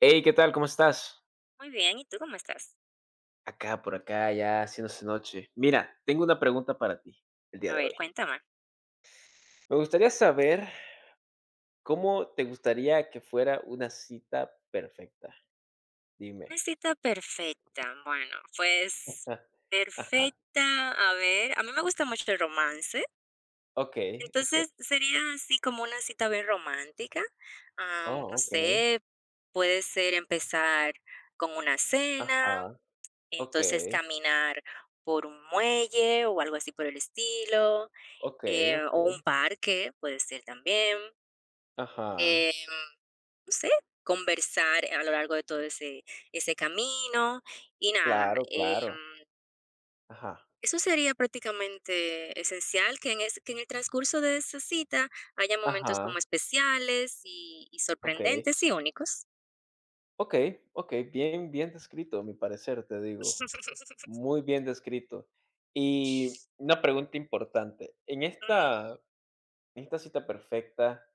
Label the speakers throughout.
Speaker 1: Hey, ¿qué tal? ¿Cómo estás?
Speaker 2: Muy bien, ¿y tú cómo estás?
Speaker 1: Acá, por acá, ya haciéndose noche. Mira, tengo una pregunta para ti el día
Speaker 2: A
Speaker 1: de
Speaker 2: ver,
Speaker 1: hoy.
Speaker 2: cuéntame.
Speaker 1: Me gustaría saber cómo te gustaría que fuera una cita perfecta. Dime.
Speaker 2: Una cita perfecta. Bueno, pues
Speaker 1: Ajá.
Speaker 2: perfecta. A ver, a mí me gusta mucho el romance.
Speaker 1: Ok, ok.
Speaker 2: Entonces sería así como una cita bien romántica.
Speaker 1: Oh,
Speaker 2: No
Speaker 1: ok.
Speaker 2: sé, puede ser empezar con una cena,
Speaker 1: Ajá. Ok,
Speaker 2: entonces caminar por un muelle o algo así por el estilo,
Speaker 1: ok, ok.
Speaker 2: o un parque, puede ser también.
Speaker 1: Ajá.
Speaker 2: Eh, no sé, conversar a lo largo de todo ese camino y nada.
Speaker 1: Claro, claro. Ajá.
Speaker 2: Eso sería prácticamente esencial, que en el transcurso de esa cita haya momentos
Speaker 1: Ajá.
Speaker 2: como especiales y
Speaker 1: Ok.
Speaker 2: sorprendentes y únicos.
Speaker 1: Ok, ok. Bien, bien descrito, a mi parecer, te digo. Muy bien descrito. Y una pregunta importante, en
Speaker 2: Mm,
Speaker 1: esta en esta cita perfecta,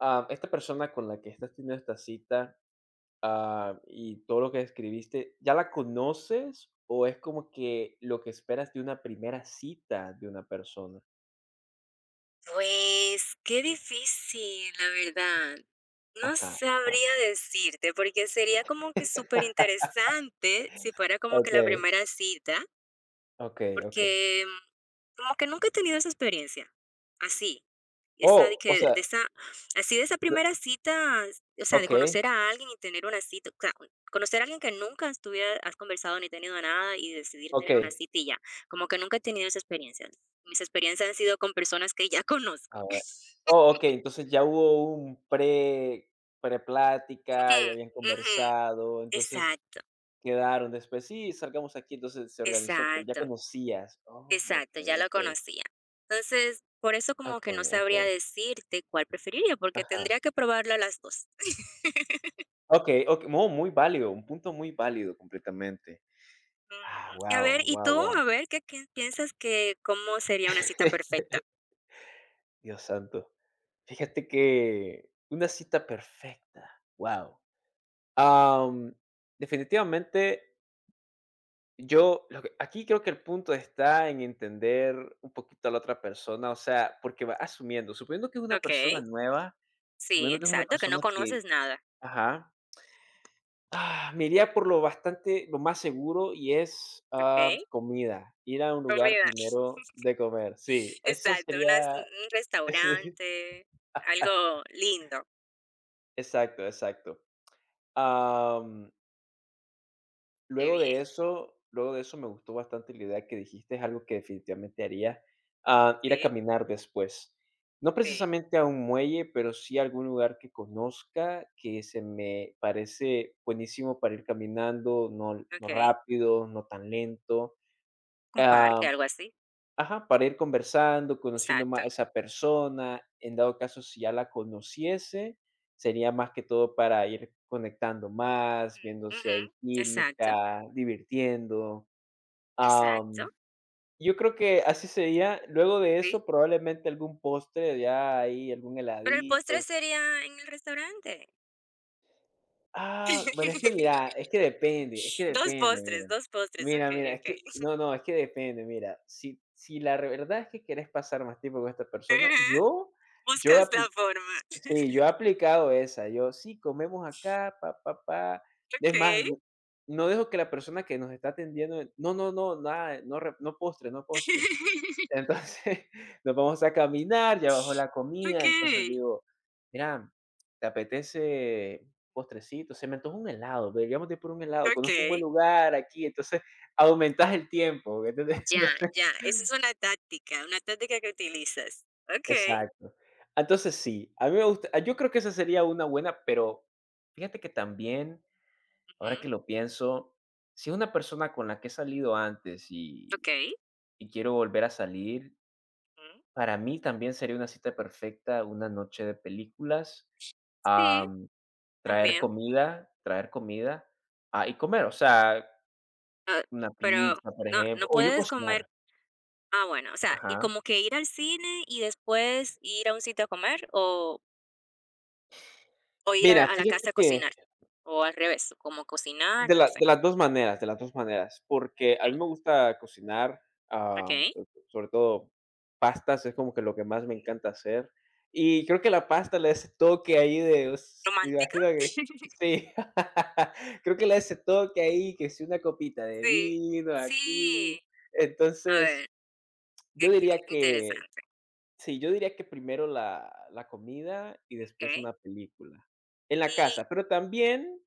Speaker 1: esta persona con la que estás teniendo esta cita, y todo lo que describiste, ¿ya la conoces o es como que lo que esperas de una primera cita de una persona?
Speaker 2: pues qué difícil, la verdad. No
Speaker 1: Ajá, ajá.
Speaker 2: sabría decirte, porque sería como que súper interesante si fuera como que la
Speaker 1: Ok,
Speaker 2: primera cita.
Speaker 1: ok, okey.
Speaker 2: Porque como que nunca he tenido esa experiencia, así, esa de
Speaker 1: Oh, o
Speaker 2: que
Speaker 1: sea,
Speaker 2: de esa así de esa
Speaker 1: lo-
Speaker 2: primera cita, o sea, de
Speaker 1: ok,
Speaker 2: conocer a alguien y tener una cita, o sea, conocer a alguien que nunca estuviera has conversado ni tenido nada y decidir
Speaker 1: ok.
Speaker 2: tener una cita y ya, como que nunca he tenido esa experiencia. Mis experiencias han sido con personas que ya
Speaker 1: A
Speaker 2: conozco.
Speaker 1: ver. Oh, okey, entonces ya hubo un preplática,
Speaker 2: Ujú,
Speaker 1: ya habían
Speaker 2: ujú,
Speaker 1: conversado, entonces
Speaker 2: exacto,
Speaker 1: quedaron después, sí, salgamos aquí, entonces se organizó, pero ya
Speaker 2: exacto,
Speaker 1: conocías. Oh,
Speaker 2: exacto,
Speaker 1: okey,
Speaker 2: ya lo
Speaker 1: okey.
Speaker 2: conocía. Entonces, por eso como que
Speaker 1: Okey,
Speaker 2: no sabría
Speaker 1: okey.
Speaker 2: decirte cuál preferiría, porque
Speaker 1: Ajá.
Speaker 2: tendría que probarla las 2.
Speaker 1: Okey, okey, no, muy válido, un punto muy válido completamente. Ah,
Speaker 2: Ujú. A ver,
Speaker 1: wow,
Speaker 2: ¿y
Speaker 1: wow,
Speaker 2: tú?
Speaker 1: wow.
Speaker 2: A ver, ¿qué piensas que cómo sería una cita perfecta?
Speaker 1: Dios santo. Fíjate que una cita perfecta, wow. Am, definitivamente. Yo lo que aquí creo que el punto está en entender un poquito a la otra persona, o sea, porque va asumiendo, suponiendo que es una persona
Speaker 2: Okey.
Speaker 1: nueva,
Speaker 2: Sí,
Speaker 1: suponiendo que es una
Speaker 2: exacto, que no
Speaker 1: persona que
Speaker 2: conoces nada.
Speaker 1: ajá. Me iría por lo bastante lo más seguro y es,
Speaker 2: Okey.
Speaker 1: comida, ir a un lugar
Speaker 2: Comida.
Speaker 1: primero de comer. Sí, eso
Speaker 2: Exacto, unas
Speaker 1: sería,
Speaker 2: un
Speaker 1: sí,
Speaker 2: restaurante, algo lindo.
Speaker 1: exacto, exacto.
Speaker 2: Qué
Speaker 1: Luego
Speaker 2: bien.
Speaker 1: de eso luego de eso me gustó bastante la idea que dijiste, es algo que definitivamente haría, ir a
Speaker 2: Sí,
Speaker 1: caminar después. No
Speaker 2: sí.
Speaker 1: precisamente a un muelle, pero sí a algún lugar que conozca, que se me parece buenísimo para ir caminando, no
Speaker 2: Okey.
Speaker 1: rápido, no tan lento,
Speaker 2: Un parque,
Speaker 1: ah.
Speaker 2: algo así.
Speaker 1: Ajá, para ir conversando, conociendo más
Speaker 2: Exacto.
Speaker 1: a esa persona, en dado caso, si ya la conociese, sería más que todo para ir conectando más, viendo
Speaker 2: Ujú.
Speaker 1: si
Speaker 2: Ujú.
Speaker 1: hay
Speaker 2: Exacto,
Speaker 1: química, divirtiendo.
Speaker 2: exacto.
Speaker 1: Am, yo creo que así sería. Luego de
Speaker 2: Sí.
Speaker 1: eso, probablemente algún postre, ya ahí algún
Speaker 2: Pero el
Speaker 1: heladito.
Speaker 2: postre sería en el restaurante.
Speaker 1: Ah, bueno, es que mira, es que
Speaker 2: 2
Speaker 1: depende,
Speaker 2: postres,
Speaker 1: mira.
Speaker 2: dos postres.
Speaker 1: Mira, mira,
Speaker 2: Okey,
Speaker 1: es
Speaker 2: okey.
Speaker 1: que no, no, es que depende, mira, si si la re- verdad es que quieres pasar más tiempo con esta persona,
Speaker 2: Ujú.
Speaker 1: yo yo
Speaker 2: Buscas la
Speaker 1: apli
Speaker 2: forma.
Speaker 1: sí, yo he aplicado esa, yo: "Sí, comemos acá, pa, pa, pa". Es más,
Speaker 2: Okey.
Speaker 1: no dejo que la persona que nos está atendiendo: "No, no, no, nada, no postre, no postre". Entonces, nos vamos a caminar, ya bajó la comida, entonces
Speaker 2: Okey,
Speaker 1: digo: "Mira, ¿te apetece postrecito?". Se me antoja un helado, deberíamos de ir por un helado, conozco un buen
Speaker 2: okey.
Speaker 1: lugar aquí, entonces aumentas el tiempo, ¿entendés?
Speaker 2: Ya,
Speaker 1: Entonces
Speaker 2: ya, esa es una táctica que utilizas. Okey,
Speaker 1: exacto. Entonces sí, a mí me gusta, yo creo que esa sería una buena, pero fíjate que también, ahora que
Speaker 2: ujú,
Speaker 1: lo pienso, si es una persona con la que he salido antes y
Speaker 2: okey,
Speaker 1: y quiero volver a salir,
Speaker 2: ujú.
Speaker 1: para mí también sería una cita perfecta, una noche de películas,
Speaker 2: Sí,
Speaker 1: am,
Speaker 2: también,
Speaker 1: traer comida, y comer, o sea,
Speaker 2: ah,
Speaker 1: una
Speaker 2: pero
Speaker 1: pizza, por
Speaker 2: no
Speaker 1: ejemplo,
Speaker 2: no
Speaker 1: o yo
Speaker 2: puedes comer
Speaker 1: cocinar.
Speaker 2: bueno, o sea, ¿y
Speaker 1: Ajá.
Speaker 2: como que ir al cine y después ir a un sitio a comer o ir
Speaker 1: Mira,
Speaker 2: a la
Speaker 1: fíjate
Speaker 2: casa a
Speaker 1: que
Speaker 2: cocinar? O al revés, como
Speaker 1: de
Speaker 2: cocinar, no
Speaker 1: la
Speaker 2: sé.
Speaker 1: de las 2 maneras, de las 2 maneras, porque a mí
Speaker 2: Okey,
Speaker 1: me gusta cocinar, am,
Speaker 2: okey.
Speaker 1: sobre todo pastas, es como que lo que más me encanta hacer, y creo que la pasta le da ese toque ahí de us me
Speaker 2: ¿Romántica?
Speaker 1: imagino que sí, creo que le da ese toque ahí, que si una copita de
Speaker 2: Sí,
Speaker 1: vino
Speaker 2: sí.
Speaker 1: aquí,
Speaker 2: A
Speaker 1: entonces,
Speaker 2: ver, qué
Speaker 1: yo
Speaker 2: qué
Speaker 1: diría que
Speaker 2: interesante.
Speaker 1: sí, yo diría que primero la comida y después
Speaker 2: Okey.
Speaker 1: una película, en la
Speaker 2: Y
Speaker 1: casa, pero también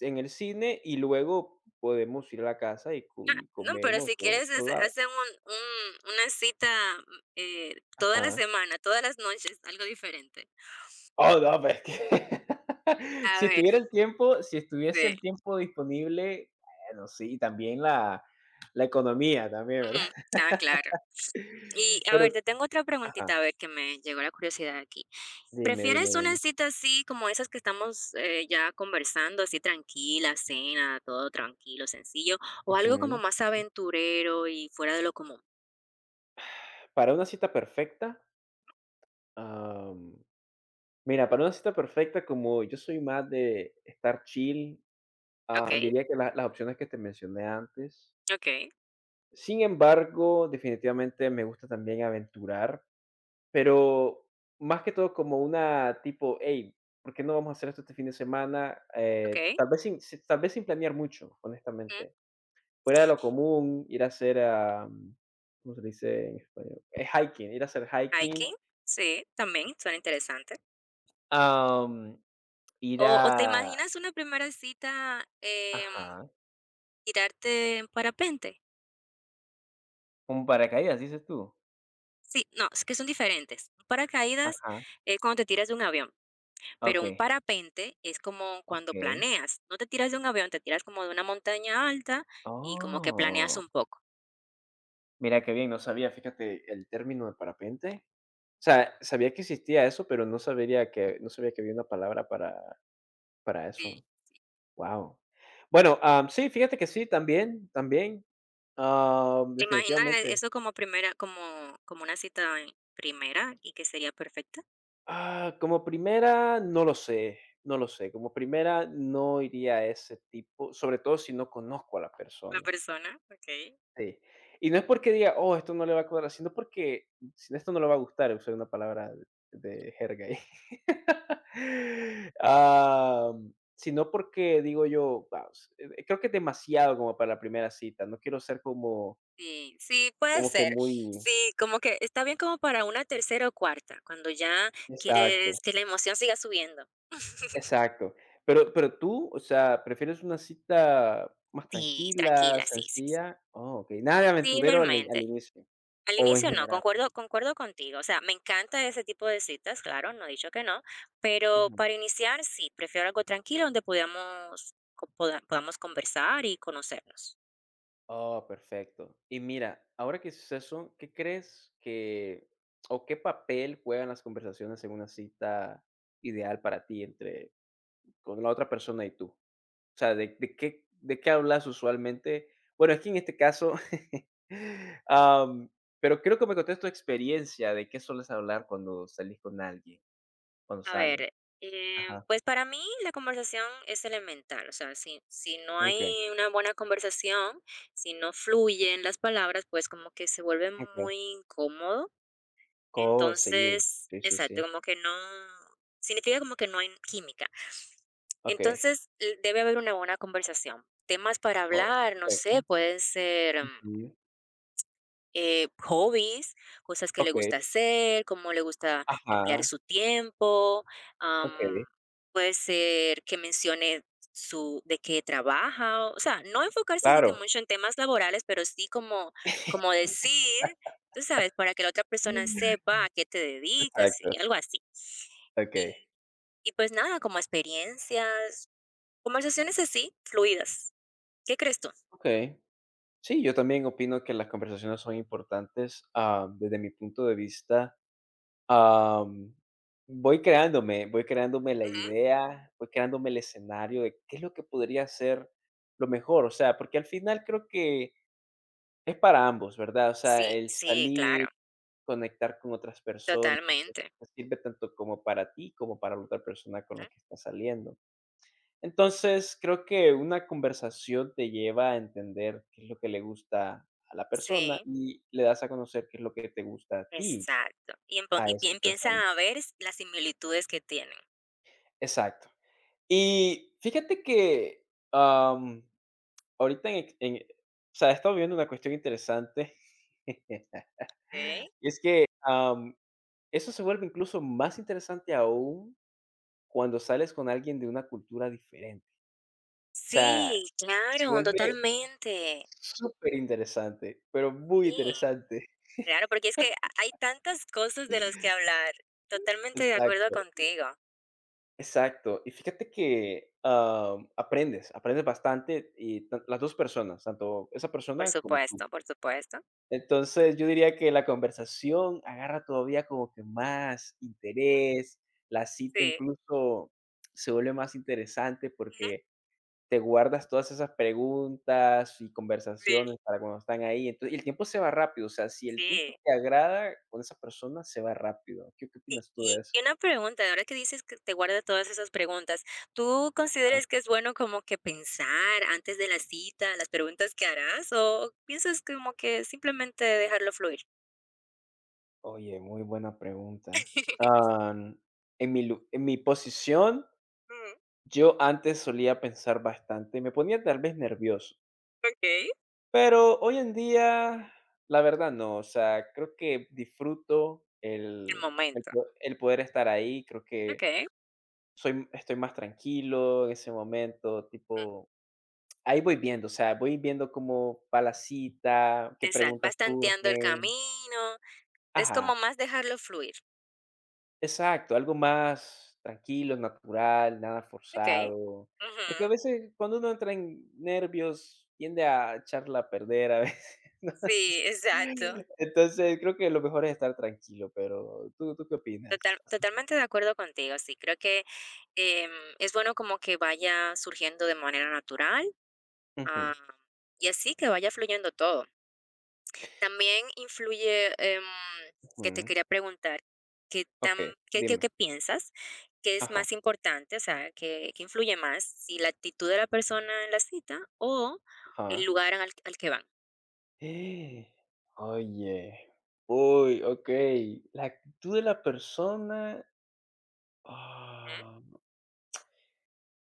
Speaker 1: en el cine y luego podemos ir a la casa
Speaker 2: ah,
Speaker 1: y
Speaker 2: no, pero
Speaker 1: comemos
Speaker 2: si
Speaker 1: o
Speaker 2: quieres
Speaker 1: otro lado.
Speaker 2: hacen un una cita, toda la
Speaker 1: Ajá.
Speaker 2: semana, todas las noches, algo diferente.
Speaker 1: Oh, no, pero es que
Speaker 2: A
Speaker 1: si
Speaker 2: ver,
Speaker 1: tuviera el tiempo, si estuviese
Speaker 2: sí,
Speaker 1: el tiempo disponible, bueno, sí, también la economía también, ¿verdad?
Speaker 2: ujú, claro. Y a
Speaker 1: Pero
Speaker 2: ver, te tengo otra
Speaker 1: ajá,
Speaker 2: preguntita, a ver, que me llegó la curiosidad aquí.
Speaker 1: dime, dime,
Speaker 2: ¿Prefieres una
Speaker 1: dime.
Speaker 2: cita así como esas que estamos, ya conversando, así tranquila, cena, todo tranquilo, sencillo, o algo como
Speaker 1: Ujú.
Speaker 2: más aventurero y fuera de lo común?
Speaker 1: Para una cita perfecta, mira, para una cita perfecta, como yo soy más de estar chill,
Speaker 2: Okey,
Speaker 1: diría que la las opciones que te mencioné antes.
Speaker 2: okey,
Speaker 1: Sin embargo, definitivamente me gusta también aventurar, pero más que todo como una tipo: "Hey, ¿por qué no vamos a hacer esto este fin de semana?".
Speaker 2: okey,
Speaker 1: Tal vez sin si tal vez sin planear mucho,
Speaker 2: ujú,
Speaker 1: honestamente. Fuera de lo común, ir a hacer, ¿cómo se dice en español? Hiking, ir a hacer hiking,
Speaker 2: hiking, sí, también suena interesante.
Speaker 1: am, ir
Speaker 2: O, ¿te
Speaker 1: a
Speaker 2: imaginas una primera cita,
Speaker 1: ajá,
Speaker 2: tirarte en parapente?
Speaker 1: ¿como paracaídas, dices tú?
Speaker 2: Sí, no, es que son diferentes. Un paracaídas
Speaker 1: Ajá,
Speaker 2: es cuando te tiras de un avión, pero un
Speaker 1: okey,
Speaker 2: parapente es como cuando
Speaker 1: okey.
Speaker 2: planeas. No te tiras de un avión, te tiras como de una montaña alta y como que planeas
Speaker 1: Oh,
Speaker 2: un poco.
Speaker 1: mira qué bien, no sabía, fíjate, el término de parapente. O sea, sabía que existía eso, pero no sabía que había una palabra para
Speaker 2: Sí.
Speaker 1: eso. Wow. Bueno, sí, fíjate que sí, también, también,
Speaker 2: ¿Te imaginas
Speaker 1: definitivamente.
Speaker 2: eso como primera como como una cita en primera y que sería perfecta
Speaker 1: Ah, como primera, no lo sé, no lo sé. Como primera, no iría a ese tipo, sobre todo si no conozco a la
Speaker 2: la
Speaker 1: persona.
Speaker 2: persona? Okey.
Speaker 1: Sí. Y no es porque diga: "Oh, esto no le va a cuadrar", sino porque, sino esto no le va a gustar, usar una palabra de jerga ahí. Sino porque digo yo, va, creo que es demasiado como para la primera cita, no quiero ser como
Speaker 2: Sí, sí, puede
Speaker 1: como que
Speaker 2: ser.
Speaker 1: muy
Speaker 2: Sí, como que está bien como para una tercera o cuarta, cuando ya
Speaker 1: exacto,
Speaker 2: quieres que la emoción siga subiendo.
Speaker 1: exacto. Pero tú, o sea, ¿prefieres una cita más
Speaker 2: Sí,
Speaker 1: tranquila,
Speaker 2: tranquila, sí, sí, sí.
Speaker 1: sencilla? Oh, okey, nada de
Speaker 2: Sí,
Speaker 1: aventurero al
Speaker 2: realmente.
Speaker 1: inicio,
Speaker 2: Al
Speaker 1: o en
Speaker 2: inicio no,
Speaker 1: general.
Speaker 2: concuerdo, concuerdo contigo. O sea, me encanta ese tipo de citas, claro, no he dicho que no, pero para iniciar sí, prefiero algo tranquilo donde podamos, podamos conversar y conocernos.
Speaker 1: Oh, perfecto. Y mira, ahora que dices eso, ¿qué crees que o qué papel juegan las conversaciones en una cita ideal para ti entre con la otra persona y tú? O sea, de qué hablas usualmente? Bueno, es que en este caso, am, pero creo que me contaste tu experiencia de qué sueles hablar cuando salís con alguien, cuando
Speaker 2: A
Speaker 1: salen.
Speaker 2: ver,
Speaker 1: Ajá.
Speaker 2: pues para mí la conversación es elemental, o sea, si no
Speaker 1: Ok,
Speaker 2: hay una buena conversación, si no fluyen las palabras, pues como que se vuelve muy
Speaker 1: ok.
Speaker 2: incómodo.
Speaker 1: Oh, sí,
Speaker 2: Entonces,
Speaker 1: sí, sí, sí.
Speaker 2: exacto, como que no, significa como que no hay química.
Speaker 1: Ok.
Speaker 2: Entonces, debe haber una buena conversación. Temas para
Speaker 1: Oh,
Speaker 2: hablar, no
Speaker 1: perfecto.
Speaker 2: sé, pueden ser
Speaker 1: Ujú.
Speaker 2: hobbies, cosas que le
Speaker 1: Ok.
Speaker 2: gusta hacer, cómo le gusta emplear
Speaker 1: Ajá.
Speaker 2: su tiempo. am,
Speaker 1: Okey,
Speaker 2: Puede ser que mencione su de qué trabaja, o sea, no enfocarse de que
Speaker 1: claro.
Speaker 2: mucho en temas laborales, pero sí como, como decir, tú sabes, para que la otra persona sepa a qué te dedicas
Speaker 1: Exacto,
Speaker 2: y algo así.
Speaker 1: okey.
Speaker 2: Y, y pues nada, como experiencias, conversaciones así, fluidas. ¿Qué crees tú?
Speaker 1: Okey. Sí, yo también opino que las conversaciones son importantes, desde mi punto de vista, am, voy creándome la
Speaker 2: Ujú.
Speaker 1: idea, voy creándome el escenario de qué es lo que podría ser lo mejor, o sea, porque al final creo que es para ambos, ¿verdad? O sea,
Speaker 2: Sí,
Speaker 1: el
Speaker 2: sí,
Speaker 1: salir,
Speaker 2: claro,
Speaker 1: conectar con otras personas, pues,
Speaker 2: totalmente.
Speaker 1: sirve tanto como para ti, como para la otra persona con la que estás saliendo. Entonces, creo que una conversación te lleva a entender qué es lo que le gusta a la persona
Speaker 2: Sí,
Speaker 1: y le das a conocer qué es lo que te gusta a ti,
Speaker 2: exacto.
Speaker 1: a esa
Speaker 2: Empiezan
Speaker 1: persona.
Speaker 2: a ver las similitudes que tienen.
Speaker 1: Exacto. Y fíjate que, am, ahorita en ex en o sea, he estado viendo una cuestión interesante.
Speaker 2: Ok.
Speaker 1: Y es que, eso se vuelve incluso más interesante aún cuando sales con alguien de una cultura diferente. O sea,
Speaker 2: Sí,
Speaker 1: se
Speaker 2: claro,
Speaker 1: vuelve
Speaker 2: totalmente.
Speaker 1: súper interesante, pero muy
Speaker 2: Sí,
Speaker 1: interesante.
Speaker 2: claro, porque es que hay tantas cosas de las que hablar. Totalmente de acuerdo
Speaker 1: Exacto,
Speaker 2: contigo.
Speaker 1: exacto. Y fíjate que, aprendes, aprendes bastante y tan las 2 personas, tanto esa
Speaker 2: Por
Speaker 1: persona como tú.
Speaker 2: supuesto, por supuesto.
Speaker 1: Entonces, yo diría que la conversación agarra todavía como que más
Speaker 2: Ujú,
Speaker 1: interés, la cita
Speaker 2: sí,
Speaker 1: incluso se vuelve más interesante
Speaker 2: ujú,
Speaker 1: porque te guardas todas esas preguntas y conversaciones
Speaker 2: sí,
Speaker 1: para cuando están ahí. Entonces, y el tiempo se va rápido, o sea, si el tiempo
Speaker 2: sí.
Speaker 1: te agrada con esa persona, se va rápido. ¿Qué qué
Speaker 2: Y
Speaker 1: opinas tú de
Speaker 2: y
Speaker 1: eso?
Speaker 2: y una pregunta, ahora que dices que te guarda todas esas preguntas, ¿tú
Speaker 1: Ajá.
Speaker 2: consideras que es bueno como que pensar antes de la cita las preguntas que harás o piensas como que simplemente dejarlo fluir?
Speaker 1: Oye, muy buena pregunta. Am, en mi posición,
Speaker 2: Mm,
Speaker 1: yo antes solía pensar bastante, me ponía tal vez nervioso,
Speaker 2: okey.
Speaker 1: pero hoy en día, la verdad no, o sea, creo que disfruto
Speaker 2: El momento.
Speaker 1: el poder estar ahí, creo que
Speaker 2: Okey.
Speaker 1: Soy estoy más tranquilo en ese momento,
Speaker 2: Mm.
Speaker 1: tipo, ahí voy viendo, o sea, voy viendo como va la cita, qué
Speaker 2: Exacto,
Speaker 1: preguntas
Speaker 2: vas tanteando el
Speaker 1: surgen.
Speaker 2: camino, es
Speaker 1: Ajá,
Speaker 2: como más dejarlo fluir.
Speaker 1: exacto, algo más tranquilo, natural, nada
Speaker 2: Okey.
Speaker 1: forzado,
Speaker 2: Ujú.
Speaker 1: porque a veces cuando uno entra en nervios tiende a echarla a perder a veces, no.
Speaker 2: Sí, exacto.
Speaker 1: Entonces, creo que lo mejor es estar tranquilo, pero, ¿tú qué opinas?
Speaker 2: Totalmente de acuerdo contigo, sí, creo que, em, es bueno como que vaya surgiendo de manera natural. Ah,
Speaker 1: Ujú,
Speaker 2: y así que vaya fluyendo todo. También influye, que te
Speaker 1: ujú.
Speaker 2: quería preguntar, ¿qué tan
Speaker 1: Okey,
Speaker 2: qué qué
Speaker 1: dime.
Speaker 2: qué piensas que es
Speaker 1: Ajá,
Speaker 2: más importante? O sea, ¿qué influye más? ¿Si la actitud de la persona en la cita o el
Speaker 1: ajá.
Speaker 2: lugar al que van?
Speaker 1: Eh, oye, uy, okey, la actitud de la persona,
Speaker 2: Ujú.
Speaker 1: ah,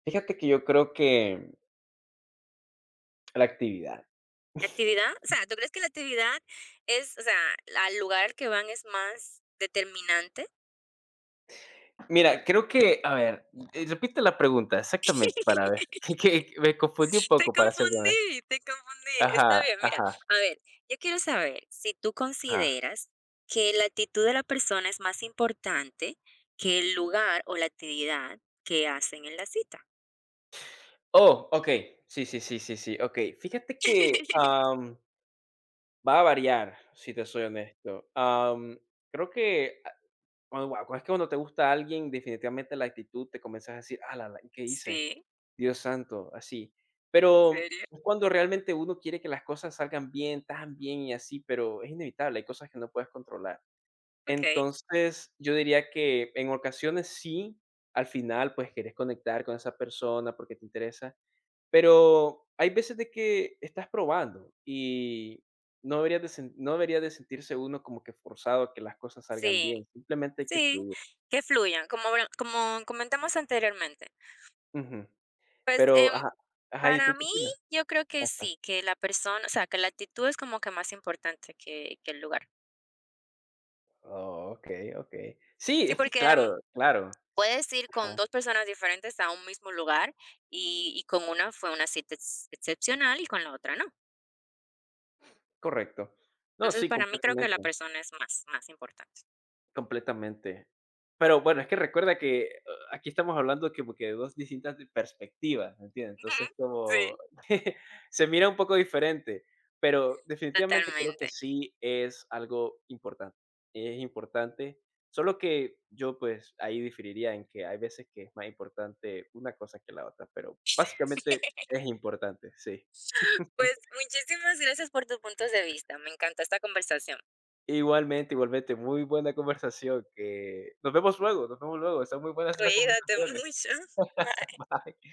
Speaker 1: fíjate que yo creo que la actividad.
Speaker 2: ¿La actividad? O sea, ¿tú crees que la actividad es, o sea, al lugar al que van es más determinante?
Speaker 1: Mira, creo que, a ver, repite la pregunta exactamente para ver, que me confundí un
Speaker 2: Te
Speaker 1: poco para serte honesto.
Speaker 2: confundí, te confundí. Está
Speaker 1: Ajá,
Speaker 2: bien, mira,
Speaker 1: ajá,
Speaker 2: a ver, yo quiero saber si tú
Speaker 1: ajá.
Speaker 2: consideras que la actitud de la persona es más importante que el lugar o la actividad que hacen en la cita.
Speaker 1: Oh, okey, sí, sí, sí, sí, sí, okey. Fíjate que, va a variar, si te soy honesto. Creo que cuando guau, es que cuando te gusta alguien, definitivamente la actitud te comienzas a decir: "Ah la la ¿qué hice?
Speaker 2: Sí,
Speaker 1: Dios santo", así. Pero
Speaker 2: ¿serio?
Speaker 1: es cuando realmente uno quiere que las cosas salgan bien, tan bien y así, pero es inevitable, hay cosas que no puedes controlar.
Speaker 2: Okey.
Speaker 1: Entonces, yo diría que en ocasiones sí, al final, pues, querés conectar con esa persona porque te interesa, pero hay veces de que estás probando y no debería de sentirse uno como que forzado a que las cosas salgan bien,
Speaker 2: Sí,
Speaker 1: simplemente hay que
Speaker 2: sí,
Speaker 1: fluir.
Speaker 2: que fluyan, como habla como comentamos anteriormente.
Speaker 1: Ujú.
Speaker 2: Pues,
Speaker 1: Pero ajá, ajá, ¿y tú
Speaker 2: para
Speaker 1: qué
Speaker 2: mí,
Speaker 1: opinas?
Speaker 2: yo creo que
Speaker 1: Ajá.
Speaker 2: sí, que la persona, o sea, que la actitud es como que más importante que el lugar.
Speaker 1: Oh, okey, okey. Sí,
Speaker 2: Sí,
Speaker 1: es que
Speaker 2: porque
Speaker 1: claro, claro.
Speaker 2: puedes ir con
Speaker 1: Ajá,
Speaker 2: 2 personas diferentes a un mismo lugar, y con una fue una cita ex excepcional y con la otra no.
Speaker 1: correcto. No,
Speaker 2: Entonces,
Speaker 1: sí,
Speaker 2: para mí creo que la
Speaker 1: completamente.
Speaker 2: persona es más importante.
Speaker 1: Completamente. Pero bueno, es que recuerda que, aquí estamos hablando como que de 2 distintas de perspectivas, ¿me entiendes?
Speaker 2: Ujú,
Speaker 1: Entonces, como
Speaker 2: sí.
Speaker 1: se mira un poco diferente, pero definitivamente creo
Speaker 2: Totalmente.
Speaker 1: que sí es algo importante. Es importante, solo que yo, pues, ahí diferiría en que hay veces que es más importante una cosa que la otra, pero básicamente es importante, sí.
Speaker 2: Pues, muchísimas gracias por tus puntos de vista. Me encantó esta conversación.
Speaker 1: Igualmente, igualmente, muy buena conversación, que nos vemos luego, están muy buenas estas
Speaker 2: Cuídate
Speaker 1: conversaciones.
Speaker 2: mucho.